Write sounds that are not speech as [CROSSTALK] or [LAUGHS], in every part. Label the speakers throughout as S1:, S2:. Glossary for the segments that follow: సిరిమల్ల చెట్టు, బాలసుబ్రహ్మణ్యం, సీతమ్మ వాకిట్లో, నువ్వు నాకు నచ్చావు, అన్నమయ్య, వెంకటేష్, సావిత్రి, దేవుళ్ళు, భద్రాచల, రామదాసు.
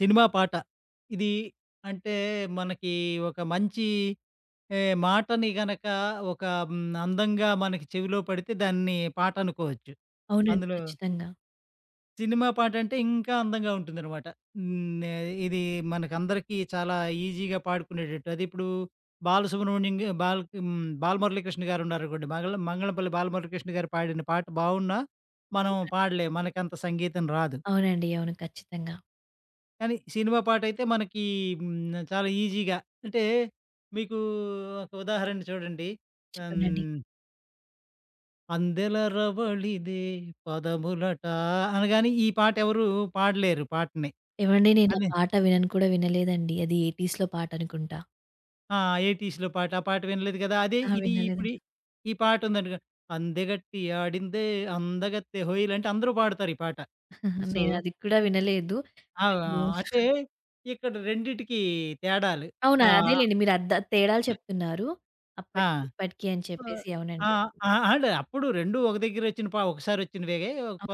S1: Cinema పాట. ఇది అంటే మనకి ఒక మంచి మాటని గనక ఒక అందంగా మనకి చెవిలో పడితే దాన్ని పాట అనుకోవచ్చు.
S2: అవునండి.
S1: అందులో
S2: ఖచ్చితంగా.
S1: సినిమా పాటంటే ఇంకా అందంగా ఉంటుందనమాట. హ్మ్. ఇది మనకందరికీ చాలా ఈజీగా పాడుకునేటట్టు. అది ఇప్పుడు బాలసుబ్రహ్మణ్యం గా బాల హ్మ్, బాలమురళీకృష్ణ గారున్నారనుకోండి. మంగళంపల్లి బాలమురళీకృష్ణ గారు పాడిన పాట బావున్నా, మనం పాడలేం. మనకంత సంగీతం రాదు.
S2: అవునండి. అవును. ఖచ్చితంగా.
S1: కానీ సినిమా పాటైతే మనకి చాలా ఈజీగా అంటే మీకు ఒక ఉదాహరణ చూడండి.
S2: చెప్పండండి.
S1: హ్మ్. అందెల రవళిదే పదములట అనగానే ఈ పాట ఎవరు పాడలేరు పాటని.
S2: ఏవండీ, నేను ఆ
S1: అదే
S2: పాట వినను కూడా వినలేదండి. అది 80స్‌లో పాట అనుకుంటా.
S1: ఆ! 80స్‌లో పాట. ఆ పాట వినలేదు కదా! అదే
S2: ఆ!
S1: ఇది ఇప్పుడు
S2: వినలేదండి.
S1: ఈ ఈ పాట ఉందనుకో అందెగట్టి ఆడిందే అందగత్తె హోయల్ అంటే అందరూ పాడతారు ఈ పాట.
S2: ఆహా!
S1: సో
S2: నేను అది కూడా వినలేదు.
S1: ఆ!
S2: మేము
S1: అంటే ఇక్కడ రెండిటికి తేడాలు.
S2: అవునా!
S1: ఆ!
S2: అదేలెండి, మీరు అద్ద తేడాలు చెప్తున్నారు.
S1: ఆ!
S2: అప్పటికి, ఇప్పటికి అని
S1: ఆహ్,
S2: చెప్పేసి.
S1: ఆ!
S2: అవునండి.
S1: ఆ! అంటే అప్పుడు 2 ఒక దగ్గరొచ్చిన ఒకసారొచ్చినవే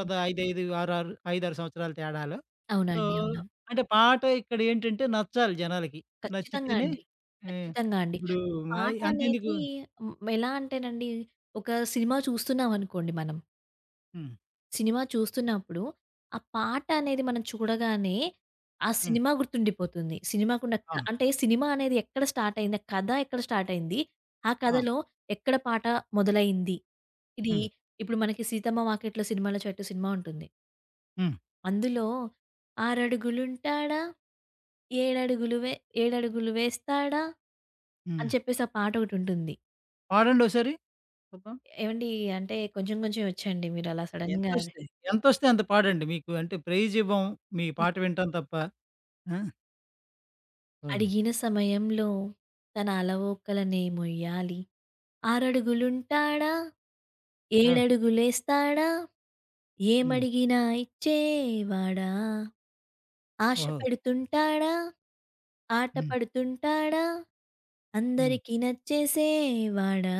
S1: ఒక 5, 5, 6, 6 5, 6 సంవత్సరాల తేడాలో.
S2: అవునా
S1: సో,
S2: అండి. అవునా!
S1: అంటే పాట ఇక్కడేంటంటే నచ్చాలి జనాలకి.
S2: ఖచ్చితంగా
S1: నచ్చితేనే
S2: అండి.
S1: ఆహ్,
S2: ఖచ్చితంగా అండి.
S1: ఇప్పుడు మాయి
S2: పాట
S1: అంతెందుకు.
S2: అనేది ఎలా అంటేనండి, ఒక సినిమా చూస్తున్నామనుకోండి మనం.
S1: హ్మ్.
S2: సినిమా చూస్తున్నప్పుడు, ఆ పాట అనేది మనం చూడగానే, ఆ
S1: హ్మ్.
S2: సినిమా గుర్తుండిపోతుంది. సినిమాకున్న
S1: ఆ!
S2: అంటే సినిమా అనేది ఎక్కడ స్టార్ట్ అయింది, ఆ కథ ఎక్కడ స్టార్ట్ అయింది, ఆ
S1: ఆ!
S2: కథలో ఎక్కడ పాట మొదలైంది. ఇది
S1: హ్మ్.
S2: ఇప్పుడు మనకి 'సీతమ్మ వాకిట్లో' 'సిరిమల్ల చెట్టు' సినిమా ఉంటుంది.
S1: హ్మ్.
S2: అందులో "ఆరడుగులుంటాడా, ఏడడుగులు వే ఏడడుగులు వేస్తాడా"
S1: హ్మ్.
S2: అని చెప్పేసి ఆ పాట ఒకటుంటుంది.
S1: పాడండోసారి చూద్దాం.
S2: ఏవండీ, అంటే కొంచెం కొంచెం వచ్చండి. మీరు అలా సడెన్‌గా
S1: ఎంతొస్తే ఎంతొస్తే అంత పాడండి. మీకు అంటే ప్రైజివ్వం. మీ పాట వింటాం తప్ప. ఆ! హ్మ్.
S2: అడిగిన సమయంలో తన అలవోకలనే మొయ్యాలి. ఆరడుగులుంటాడా,
S1: ఓహ్!
S2: ఏడడుగులేస్తాడా,
S1: హ్మ్.
S2: ఏమడిగినా ఇచ్చేవాడా. ఆశ
S1: ఓహో!
S2: పెడుతుంటాడా, ఆట
S1: హ్మ్.
S2: పడుతుంటాడా,
S1: హ్మ్.
S2: అందరికీ నచ్చేసేవాడా.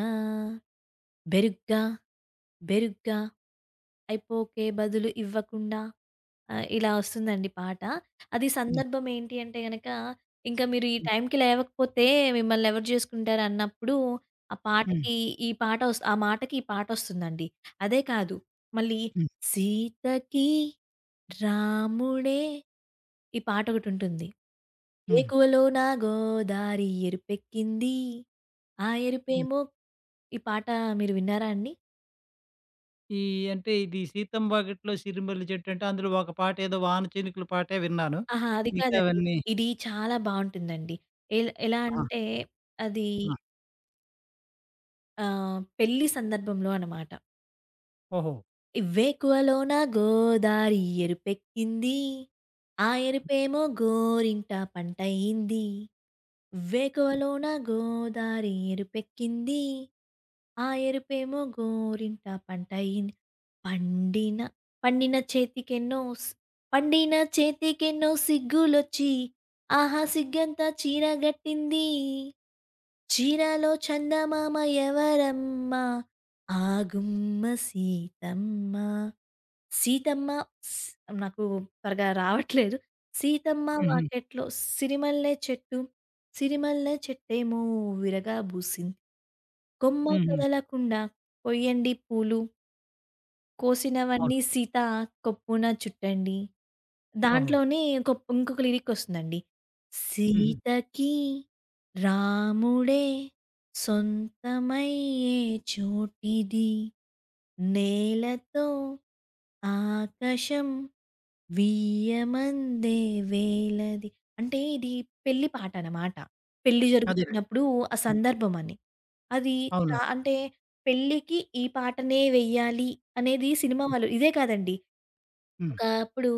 S2: బెరుగ్గా, బెరుగ్గా అయిపోకే బదులు ఇవ్వకుండా. ఆ! ఇలా వస్తుందండి పాట. అది
S1: హ్మ్.
S2: సందర్భం ఏంటి అంటే గనక, ఇంకా మీరు ఈ
S1: హ్మ్.
S2: టైంకి లేవకపోతే మిమ్మల్ని ఎవరు జేసుకుంటారు అన్నప్పుడు, ఆ
S1: హ్మ్.
S2: పాటకి ఈ పాట వస్ ఆ మాటకి ఈ పాటొస్తుందండి. అదే కాదు, మళ్ళీ
S1: హ్మ్.
S2: సీతకి రాముడే ఈ పాటొకటుంటుంది.
S1: హ్మ్. హ్మ్.
S2: ఏకువలోన గోదారి ఎరుపెక్కింది. ఆ ఎరుపేమో. ఈ పాట మీరు విన్నారా అండి?
S1: ఈ అంటే ఇది 'సీతమ్మ వాకిట్లో సిరిమల్లె చెట్టు' అంటే అందులో ఒక పాటేదో వాన చినుకుల పాటే విన్నాను.
S2: ఆహా! అది కాదండి.
S1: మిగతావన్నీ
S2: ఇది చాలా బావుంటుందండి. ఎలా
S1: ఆ!
S2: అంటే అది
S1: ఆ!
S2: పెళ్లి సందర్భంలో అనమాట.
S1: ఓహో!
S2: "ఇవ్వేకువలోన గోదారి ఎరుపెక్కింది. ఆ ఎరుపేమో గోరింట పంటయింది. ఇవ్వేకువలోన గోదారి ఎరుపెక్కింది. ఆ ఎరుపేమో గోరింట పంటయింది. పండిన పండిన చేతికెన్నో స్ పండిన చేతికెన్నో సిగ్గులొచ్చి. ఆహా! సిగ్గంతా చీరగట్టింది." చీరలో చందమామ ఎవరమ్మా? ఆ గుమ్మ సీతమ్మ. సీతమ్మ స్ నాకు త్వరగా రావట్లేదు. సీతమ్మ
S1: హుహు.
S2: వాకెట్లో సిరిమల్లె చెట్టు, సిరిమల్లె చెట్టేమో విరగా బూసింది. కొమ్మ
S1: హుహు.
S2: కదలకుండా కొయ్యండి పూలు.
S1: అవును.
S2: కోసినవన్నీ సీత కొప్పున చుట్టండి.
S1: ఓహో!
S2: దాంట్లోనే ఇంకొక లిరికొస్తుందండి.
S1: హుహు.
S2: సీతకి రాముడే సొంతమయ్యే చోటిది. నేలతో ఆకాశం వియ్యమందే వేళది. అంటే ఇది పెళ్లి పాటనమాట. పెళ్లి
S1: అదేలెండి.
S2: జరుగుతున్నప్పుడు ఆ
S1: హ్మ్.
S2: సందర్భమని. అది
S1: అవునవును.
S2: అంటే పెళ్ళికి ఈ పాటనే వెయ్యాలి అనేది సినిమా
S1: హ్మ్.
S2: వాళ్ళు, ఇదే కాదండి.
S1: హ్మ్.
S2: ఒకప్పుడు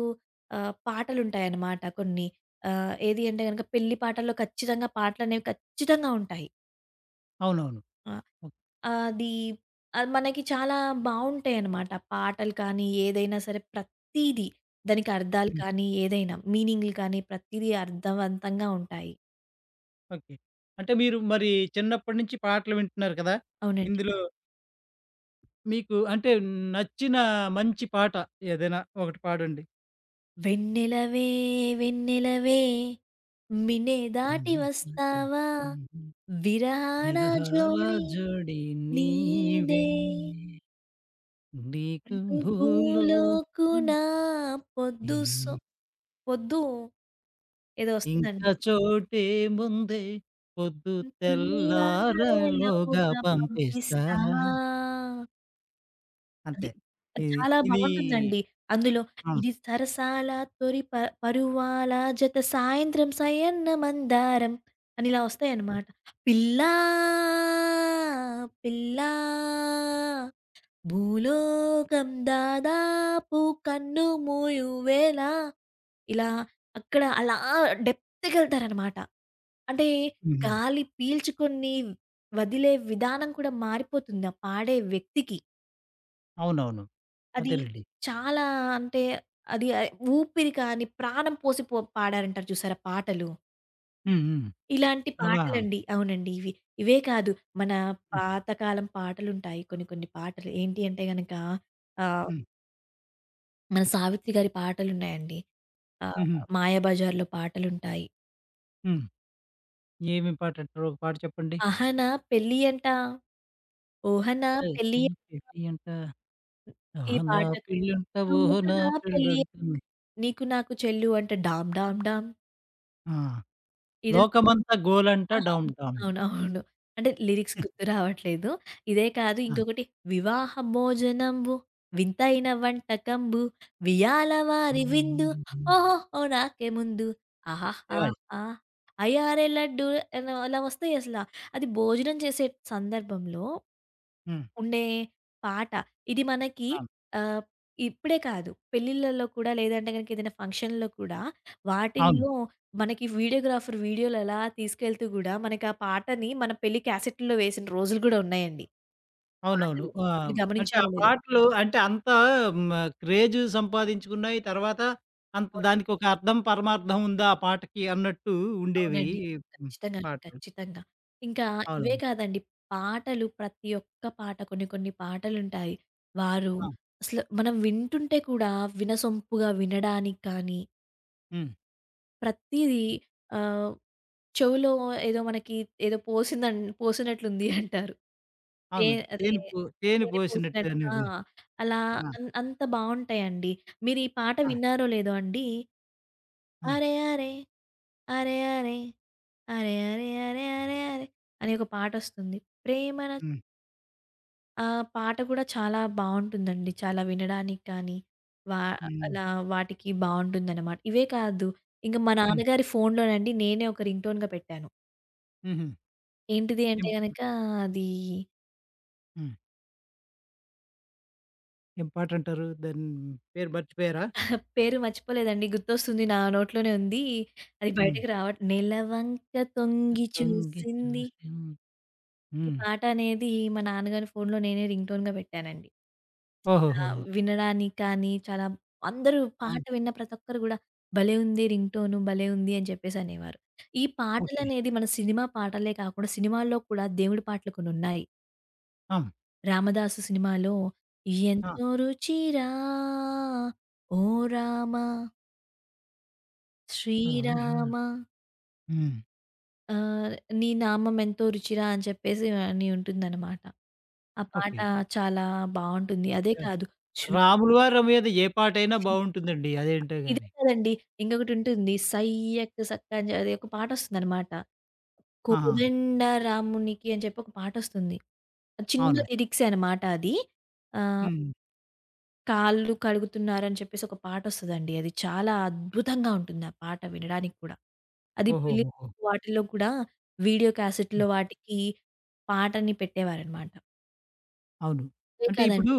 S2: పాటలుంటాయన్నమాట కొన్ని. ఏది అంటే గనక పెళ్లి పాటల్లో ఖచ్చితంగా పాటలనేవి ఖచ్చితంగా ఉంటాయి.
S1: అవునవును.
S2: ఆ!
S1: ఓహ్!
S2: అది, అది మనకి చాలా బావుంటాయన్నమాట. పాటలు కానీ, ఏదైనా సరే ప్రతీది. దానికి అర్థాలు
S1: హ్మ్.
S2: కానీ, ఏదైనా మీనింగ్‌లు కానీ, ప్రతీదీ అర్థవంతంగా ఉంటాయి.
S1: ఓకే. అంటే మీరు మరి చిన్నప్పటి నుంచి పాటలు వింటున్నారు కదా!
S2: అవునండి.
S1: ఇందులో మీకు అంటే నచ్చిన మంచి పాట ఏదైనా ఒకటి పాడండి?
S2: వెన్నెలవే వెన్నెలవే మిన్నే దాటి
S1: నన్నే నన్నే
S2: వస్తావా
S1: హుహు.
S2: విరహాన
S1: విరహాల
S2: జోడి
S1: జోడి
S2: నీదే
S1: నీవే నీకు భూలోకం
S2: ప్రభువులోకున పొద్దు సో
S1: ఇం-
S2: పొద్దు ఏదో వస్తుందండి.
S1: ఇంకా చోటే ముందే పొద్దు
S2: తీరాలలో
S1: తెల్లారలోగా పంపిస్తా
S2: పంపిస్తా అది.
S1: అంతే. ఇది
S2: చాలా
S1: ఇది
S2: బావుంటుందండి. అందులో
S1: ఆ,
S2: ఇది సరసాల తొలి ప పరువాల జత సాయంత్రం సయన్న మందారం అని ఇలా వస్తాయన్నమాట. పిల్లా, పిల్లా భూలోకం దాదాపు కన్ను మూయువేళ, ఇలా అక్కడ అలా డెప్త్‌కెళ్తారనమాట. అంటే
S1: ఉమ్,
S2: గాలి పీల్చుకొని వదిలే విధానం కూడా మారిపోతుంది ఆ పాడే వ్యక్తికి.
S1: అవునవును,
S2: అది
S1: అదేలేండి,
S2: చాలా అంటే, అది ఊపిరి కాని ప్రాణం పోసి పో పాడారంటారు చూసారా పాటలు.
S1: ఉమ్, ఉమ్,
S2: ఇలాంటి
S1: అలా.
S2: పాటలండి. అవునండి. ఇవి. ఇవే కాదు మన
S1: ఉమ్,
S2: పాతకాలం పాటలుంటాయి, కొన్ని కొన్ని పాటలు. ఏంటి అంటే గనక ఆహ్,
S1: ఉమ్,
S2: మన 'సావిత్రి' గారి పాటలున్నాయండి. ఆహ్,
S1: ఉమ్,
S2: 'మాయాబజార్‌లో' పాటలుంటాయి.
S1: ఉమ్. ఏమి పాట అంటారు ఒక పాట చెప్పండి.
S2: 'అహనా పెళ్ళియంట ఓహనా
S1: ఏయ్,
S2: పెళ్ళియ'
S1: నీ పెళ్ళి అంట.
S2: ఈ
S1: ఆహా, నా
S2: పాట.
S1: పెళ్ళంట ఓహో నా
S2: 'ఓహనా పెళ్ళియ
S1: పెళ్ళంటుంది.
S2: నీకు నాకు చెల్లు' అంటే డామ్ డామ్ డామ్. ఇదే.
S1: లోకమంతా గోలంట
S2: ఆ!
S1: Down down.
S2: అవును. అవును. అంటే లిరిక్స్ గుర్తు రావట్లేదు. ఇదే కాదు,
S1: ఆ.
S2: ఇంకొకటి వివాహ భోజనంబు వింతైన వంటకంబు వియాల వారి విందు ఓహోహో నాకే ముందు
S1: [LAUGHS]
S2: ఆహాహా! అయ్యారే లడ్డు అనో అలా వస్తాయి అసల. అది భోజనం చేసే సందర్భంలో
S1: హ్మ్.
S2: ఉండే పాట. ఇది మనకి
S1: అవును.
S2: ఆహ్, ఇప్పుడే కాదు, పెళ్ళిళ్ళలో కూడా, లేదంటే గనక ఏదైనా ఫంక్షన్‌లో కూడా
S1: అవును.
S2: వాటిల్లో మనకి వీడియోగ్రాఫర్ వీడియోలు అలా తీసుకెళ్తూ గూడా మనకి ఆ పాటని మన పెళ్లి క్యాసెట్‌లో వేసిన రోజులు గూడా ఉన్నాయండి
S1: అవునవును.
S2: పాటలు. మీరు
S1: అంటే ఆ
S2: గమనించారో లేదో?
S1: పాటలు అంటే అంత హ్మ్. క్రేజ్ సంపాదించుకున్నాయి. తర్వాత అంత
S2: అవునండి.
S1: దానికొక అర్థం, పరమార్థం ఉందా ఆ పాటకి అన్నట్టు ఉండేవి.
S2: అవునండి.
S1: హ్మ్.
S2: ఖచ్చితంగా అండి.
S1: పాటలు.
S2: ఖచ్చితంగా. ఇంకా ఇవే
S1: అవునవును.
S2: కాదండి, పాటలు ప్రతి ఒక్క పాట, కొన్ని కొన్ని పాటలుంటాయి. వారు
S1: ఆ!
S2: అసలు మనం వింటుంటే కూడా వినసొంపుగా వినడానికి కానీ,
S1: హ్మ్.
S2: ప్రతీదీ ఆహ్, చెవులో ఏదో మనకి ఏదో పోసినట్లుంది అంటారు. తే
S1: అవును.
S2: అదే
S1: తేనె పో తేనె
S2: తేనె
S1: పోసినట్టు
S2: పోసినట్టు. ఆ!
S1: అనేది.
S2: అలా
S1: ఆ!
S2: అంత బావుంటాయండి. మీరు ఈ పాట
S1: ఆ!
S2: విన్నారో లేదో అండి,
S1: ఆ!
S2: అరె! అరె! అరె! అరె! అరె! అరె! అరె! అరె! అరె! అనే ఒక పాటొస్తుంది. ప్రేమన.
S1: హ్మ్.
S2: ఆ! పాట గూడా చాలా బావుంటుందండి. చాలా వినడానికి కానీ, వా
S1: హ్మ్.
S2: అలా వాటికి బావుంటుందనమాట. ఇవే కాదు, ఇంక మా
S1: హ్మ్.
S2: నాన్నగారి ఫోన్‌లోనండి నేనే ఒక రింగ్ టోన్‌గా పెట్టాను.
S1: హుహు.
S2: ఏంటిది అంటే
S1: ఏం
S2: గనక అది
S1: హ్మ్. ఏం పాటంటారు? దాని పేరు మర్చిపోయారా?
S2: [LAUGHS] పేరు మర్చిపోలేదండి. గుర్తొస్తుంది. నా నోట్లోనే ఉంది. అది
S1: హ్మ్.
S2: బయటకి రావట్ నెలవంక తొంగి
S1: తొంగి
S2: చూసింది.
S1: చూసిం.
S2: ఈ
S1: హ్మ్.
S2: పాట అనేది మా నాన్నగారి ఫోన్‌లో నేనే రింగ్‌టోన్‌గా పెట్టానండి. చాలా
S1: ఓహోహోహో!
S2: వినడానికి కానీ, చాలా అందరూ
S1: ఆ!
S2: పాట విన్న ప్రతి ఒక్కరు గూడా భలే ఉంది రింగ్‌టోను, భలే ఉంది అని చెప్పేసి అనేవారు. ఈ
S1: ఓకే.
S2: పాటలనేది మన సినిమా పాటలే కాకుండా, సినిమాల్లో కూడా దేవుడి పాటలు కొన్నున్నాయి.
S1: ఆ!
S2: 'రామదాసు' సినిమాలో
S1: ఆ!
S2: ఎంతో రుచిరా, ఓ రామ
S1: ఆ! రా.
S2: శ్రీరామ
S1: హ్మ్.
S2: ఆహ్, నీ నామం ఎంతో రుచిరా అని చెప్పేసి అని ఉంటుందన్నమాట. ఆ పాట
S1: ఓకే.
S2: చాలా బావుంటుంది. అదే
S1: యాహ్!
S2: కాదు, చు
S1: 'రాములు వారి రమయ్య'ది ఏ పాటైనా బావుంటుందండి అదేంటో
S2: ఇదే
S1: గాని.
S2: కాదండి. ఇంకొకటి ఉంటుంది. 'సయ్యక్ సక్క' అని అది ఒక పాటొస్తుందనమాట.
S1: ఆహా!
S2: 'కోదండ రామునికి' అని చెప్పి ఒక పాటొస్తుంది. చిన్న
S1: అవును.
S2: లిరిక్సే అనమాట అది. ఆహ్,
S1: హ్మ్.
S2: కాళ్ళు కడుగుతున్నారని చెప్పేసి ఒక పాటొస్తదండి. అది చాలా అద్భుతంగా ఉంటుంది ఆ పాట వినడానికి కూడా. అది పెళ్లి
S1: ఓహోహోహో!
S2: వాటిల్లో కూడా వీడియో క్యాసెట్‌లో
S1: హ్మ్.
S2: వాటికి పాటని పెట్టేవారనమాట.
S1: అవును.
S2: అదే
S1: అంటే
S2: కాదండి,
S1: ఇప్పుడు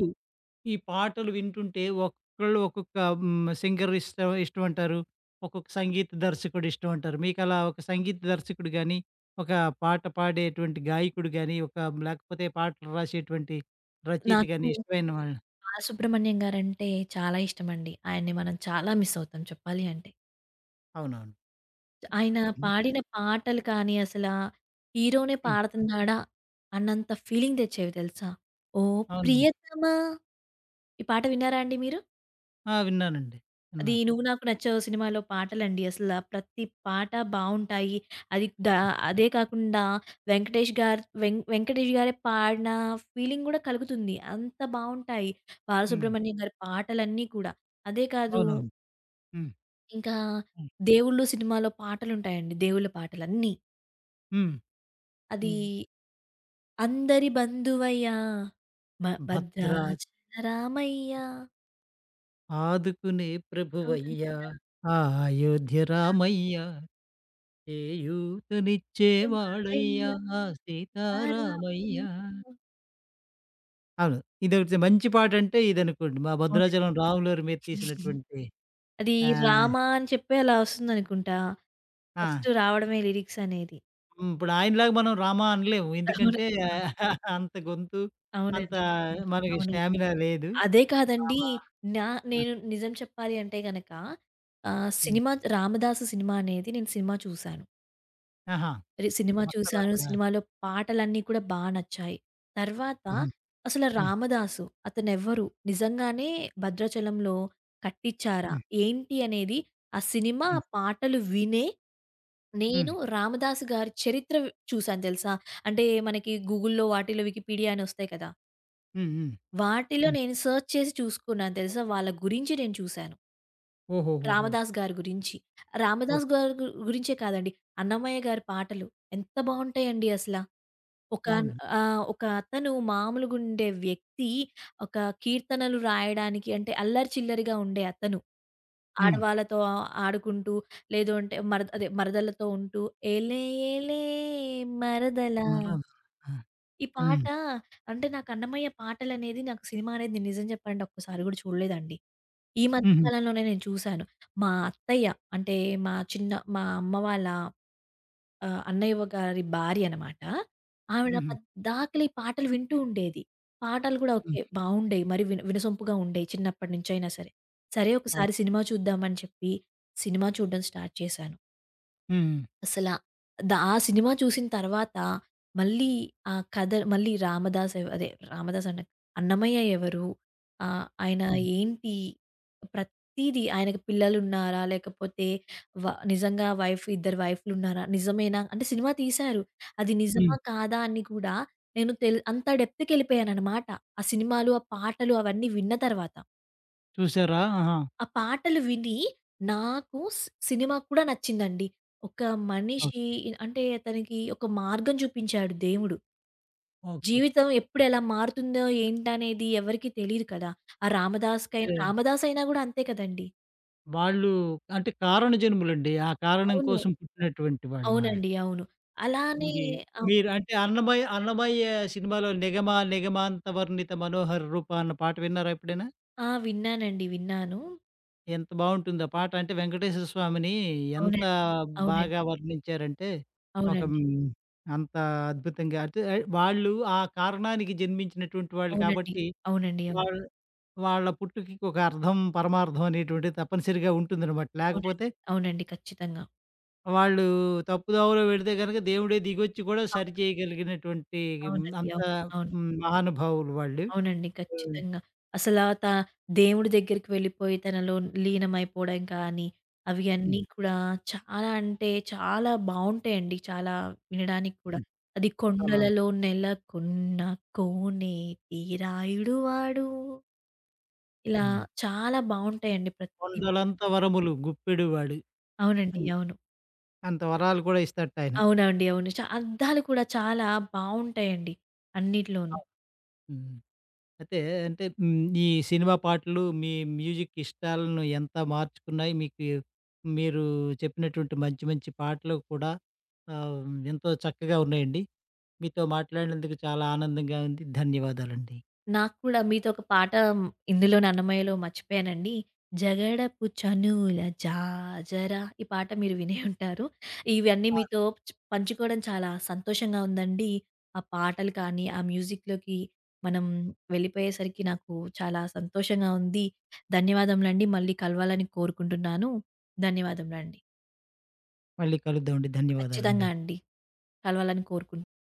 S1: ఈ పాటలు వింటుంటే ఒక్కొక్కళ్ళు ఒక్కొక్క సింగర్ ఇష్టమంటారు. ఒక్కొక్క సంగీత దర్శకుడు ఇష్టమంటారు. మీకలా ఒక సంగీత దర్శకుడు గాని, ఒక పాట పాడేటువంటి గాయకుడు గాని, ఒక లేకపోతే పాటలు రాసేటువంటి రచయిత
S2: నాకు
S1: గాని ఇష్టమైన వాళ్ళు.
S2: బాలసుబ్రహ్మణ్యం గారంటే చాలా ఇష్టమండి. ఆయన్ని మనం చాలా మిస్ అవుతాం చెప్పాలి అంటే.
S1: అవునవును.
S2: ఆయన పాడిన పాటలు కానీ, అసలా హీరోనే
S1: హ్మ్.
S2: పాడుతున్నాడా అన్నంత ఫీలింగ్ తెచ్చేవి తెలుసా? ఓ
S1: అవును.
S2: ప్రియతమా ఈ పాట విన్నారా అండి మీరు?
S1: ఆ! విన్నానండి.
S2: అది
S1: విన్నా.
S2: 'నువ్వు నాకు నచ్చావు' సినిమాలో పాటలండి, అసల ప్రతి పాట బావుంటాయి. అది అదే కాకుండా వెంకటేష్ గారు వెం వెంకటేష్ గారే పాడిన ఫీలింగ్ గూడా కలుగుతుంది. అంత బావుంటాయి.
S1: హ్మ్.
S2: బాలసుబ్రహ్మణ్యం గారి పాటలన్నీ కూడా. అదే కాదు,
S1: అవునవును. హ్మ్.
S2: ఇంకా 'దేవుళ్ళు' సినిమాలో పాటలుంటాయండి. దేవుళ్ళ పాటలన్నీ.
S1: హ్మ్.
S2: అది
S1: హ్మ్.
S2: అందరి బంధువయ్య
S1: భద్రా
S2: భద్రాచల రామయ్య
S1: ఆదుకునే
S2: తోమయ్య
S1: ప్రభువయ్యా! ఆ అయోధ్య రామయ్యా! చేయూతనిచ్చేవాడయ్యా!
S2: కాకేవాడయ్య కారామయ్య.
S1: సీతారామయ్యా! అవును. ఇదొకటి మంచి పాటంటే ఇదనుకోండి. మా
S2: అవునండి.
S1: భద్రాచలం రాములవారి మీద తీసినటువంటి
S2: అది
S1: ఆహ్,
S2: 'రామ' అని చెప్పి అలా వస్తుందనుకుంటా.
S1: ఆ!
S2: ఫస్ట్ రావడమే లిరిక్స్ అనేది.
S1: హ్మ్. ఇప్పుడు ఆయనలాగా మనం రామ అనలేము. ఎందుకంటే
S2: అవునండి. అవును.
S1: [LAUGHS] అంత గొంతు, అంత
S2: అవునండి. అవును.
S1: మనకి
S2: అవును.
S1: స్టామినా లేదు.
S2: అదే కాదండి.
S1: రామ.
S2: నా
S1: ఆ!
S2: నేను నిజం చెప్పాలి అంటే గనక
S1: హ్మ్.
S2: సినిమా 'రామదాసు' సినిమా అనేది నేను సినిమా చూసాను.
S1: ఆహా!
S2: సినిమా
S1: భక్త
S2: చూసాను.
S1: రామదాసు.
S2: సినిమాలో పాటలన్నీ కూడా నచ్చాయి. తర్వాత
S1: హుహు.
S2: అసలు
S1: హ్మ్.
S2: 'రామదాసు' అతనెవ్వరు? నిజంగానే భద్రాచలంలో కట్టిచ్చారా?
S1: హ్మ్.
S2: ఏంటి అనేది, ఆ సినిమా ఆ
S1: హ్మ్.
S2: పాటలు వినే
S1: హ్మ్.
S2: నేను 'రామదాసు' గారి చరిత్ర వ్ చూసాను తెలుసా? అంటే మనకి గూగుల్‌లో వాటిలో వికీపీడియా అని ఒస్తాయి కదా!
S1: హ్మ్. హ్మ్.
S2: వాటిలో
S1: హ్మ్.
S2: నేను సెర్చ్ చేసి చూసుకున్నాను తెలుసా! వాళ్ళ గురించి నేను చూసాను.
S1: ఓహోహోహో!
S2: రామదాస్ గారి గురించి. రామదాస్
S1: ఓకే.
S2: గారి గు గురించే కాదండి. అన్నమయ్య గారి పాటలు ఎంత బావుంటాయండి అసల. ఒక
S1: అవును.
S2: ఒక అతను మామూలుగుండే వ్యక్తి, ఒక కీర్తనలు రాయడానికి, అంటే అల్లరి చిల్లరిగా ఉండే అతను.
S1: హ్మ్.
S2: ఆడవాళ్ళతో ఆడుకుంటూ, లేదు అంటే మరదలతో ఉంటూ ఏలే ఏలే మరదలా
S1: మరల. ఆ!
S2: ఈ పాట.
S1: హ్మ్.
S2: అంటే నాకు అన్నమయ్య పాటలనేది, నాకు సినిమా అనేది నిజం చెప్పాలంటే ఒక్కసారి గూడా చూడలేదండి. ఈ మధ్య
S1: హుహు.
S2: కాలంలోనే నేను చూసాను. మా అత్తయ్య అంటే మా చిన్న మా అమ్మ వాళ్ళ అన్నయ్య గారి భార్య అన్నమాట. ఆవిడ
S1: హుహు.
S2: పద్దాకల ఈ పాటలు వింటూ ఉండేది. పాటలు గూడా ఓకే.
S1: హ్మ్.
S2: బావుండేవి. మరి విన వినసొంపుగా ఉండేవి చిన్నప్పటి నుంచైనా సరే. సరే
S1: అవును.
S2: ఒకసారి సినిమా చూద్దామని చెప్పి సినిమా చూడడం స్టార్ట్ చేశాను.
S1: హ్మ్.
S2: అసలా ద ఆ సినిమా చూసిన తర్వాత మళ్ళీ ఆ కథ, మళ్ళీ రామదాస్ ఎవ అదే రామదాస్ అంట, అన్నమయ్య ఎవరు? ఆయన
S1: హ్మ్.
S2: ఏంటి? ప్రతీది, ఆయనకి పిల్లలున్నారా? లేకపోతే వ నిజంగా ఇద్దరు వైఫ్‌లున్నారా? నిజమేనా? అంటే సినిమా తీశారు. అది
S1: హ్మ్.
S2: నిజమా? కాదా? అని కూడా నేను అంత డెప్త్‌కెళ్ళిపోయాననమాట. ఆ సినిమాలు, ఆ పాటలు అవన్నీ విన్న తర్వాత.
S1: చూసారా? ఆహా!
S2: ఆ పాటలు విని నాకు సినిమా కూడా నచ్చిందండి. ఒక మనిషి
S1: ఓకే.
S2: అంటే తనకి ఒక మార్గం చూపించాడు దేవుడు.
S1: ఓకే.
S2: జీవితం ఎప్పుడు ఎలా మారుతుందో ఏంటనేది ఎవరికీ తెలీదు కదా! ఆ రామదాస్‌కైనా,
S1: అంటే
S2: రామదాసయినా గూడా అంతే కదండీ!
S1: వాళ్ళు అంటే కారణ జన్ములండి. ఆ కారణం
S2: అవును.
S1: కోసం పుట్టినటువంటి వాళ్ళు వాళ్ళు.
S2: అవునండి. అవును. అలానే
S1: మరి
S2: ఆహ్,
S1: మీరు అంటే అన్నమయ్య అన్నమయ్య సినిమాలో 'నిగమ నిగమాంత వర్ణిత మనోహర రూప' అన్న పాట విన్నారా ఎప్పుడైనా?
S2: ఆ! విన్నానండి. విన్నాను.
S1: ఎంత బావుంటుందో పాట అంటే, 'వెంకటేశ్వర స్వామిని' ఎంత
S2: అవునండి. అవునండి.
S1: బాగా వర్ణించారంటే, ఒక
S2: అవునండి.
S1: అంత అద్భుతంగా అంటే వాళ్ళు ఆ కారణానికి జన్మించినటువంటి వాళ్ళు
S2: అవునండి.
S1: కాబట్టి,
S2: అవునండి. అవును.
S1: వాళ్ళ వాళ్ళ పుట్టుకకి ఒక అర్థం, పరమార్థం అనేటువంటిది తప్పనిసరిగా ఉంటుందనమాట.
S2: అవునండి.
S1: లేకపోతే
S2: అవునండి. ఖచ్చితంగా.
S1: వాళ్ళు తప్పుదోవలో వెడితే గనక దేవుడే దిగొచ్చి కూడా
S2: అవును.
S1: సరిచేయగలిగినటువంటి
S2: అవునండి.
S1: అంత
S2: అవును. అవును.
S1: మహానుభావులు వాళ్ళు.
S2: అవునండి.
S1: హ్మ్.
S2: ఖచ్చితంగా. అసలా త దేవుడి దగ్గరికి వెళ్ళిపోయి తనలో లీనమైపోవడం కానీ, అవి అన్నీ
S1: హ్మ్.
S2: కూడా చాలా అంటే చాలా బావుంటాయండి. చాలా వినడానికి కూడా.
S1: హ్మ్.
S2: అది
S1: చాలా
S2: కొండలలో నెలకొన్న కోనే తీరాయుడు వాడు. ఇలా
S1: హ్మ్.
S2: చాలా బావుంటాయండి ప్రతి.
S1: 'కొండలంత వరములు గుప్పెడువాడు'
S2: అవునండి.
S1: అని.
S2: అవును.
S1: అంత వరాలు కూడా ఇస్తటాయన.
S2: అవునండి. అవును. అర్థాలు కూడా చాలా బావుంటాయండి అన్నిట్లోనూ.
S1: అవును. హ్మ్. అయితే అంటే ఈ సినిమా పాటలు మీ మ్యూజిక్ ఇష్టాలను ఎంత మార్చుకున్నాయి? మీకు మీరు చెప్పినటువంటి మంచి మంచి పాటలు కూడా ఆహ్, ఎంతో చక్కగా ఉన్నాయండి. మీతో మాట్లాడినందుకు చాలా ఆనందంగా ఉంది. ధన్యవాదాలండి.
S2: నాకు కూడా మీతో ఒక పాట ఇందులోనే 'అన్నమయ్యలో' మర్చిపోయానండి. 'జగడపు చనుల జాజరా' ఈ పాట మీరు వినే ఉంటారు. ఇవన్నీ
S1: అవును.
S2: మీతో పంచుకోవడం చాలా సంతోషంగా ఉందండి. ఆ పాటలు కానీ, ఆ మ్యూజిక్‌లోకి మనం వెళ్ళిపోయేసరికి నాకు చాలా సంతోషంగా ఉంది. ధన్యవాదములండి. మళ్ళీ కలవాలని కోరుకుంటున్నాను. ధన్యవాదములండి.
S1: మళ్ళీ కలుద్దామండి. ధన్యవాదాలండి.
S2: ఖచ్చితంగా అండి. కలవాలని కోరుకుంటున్నాను.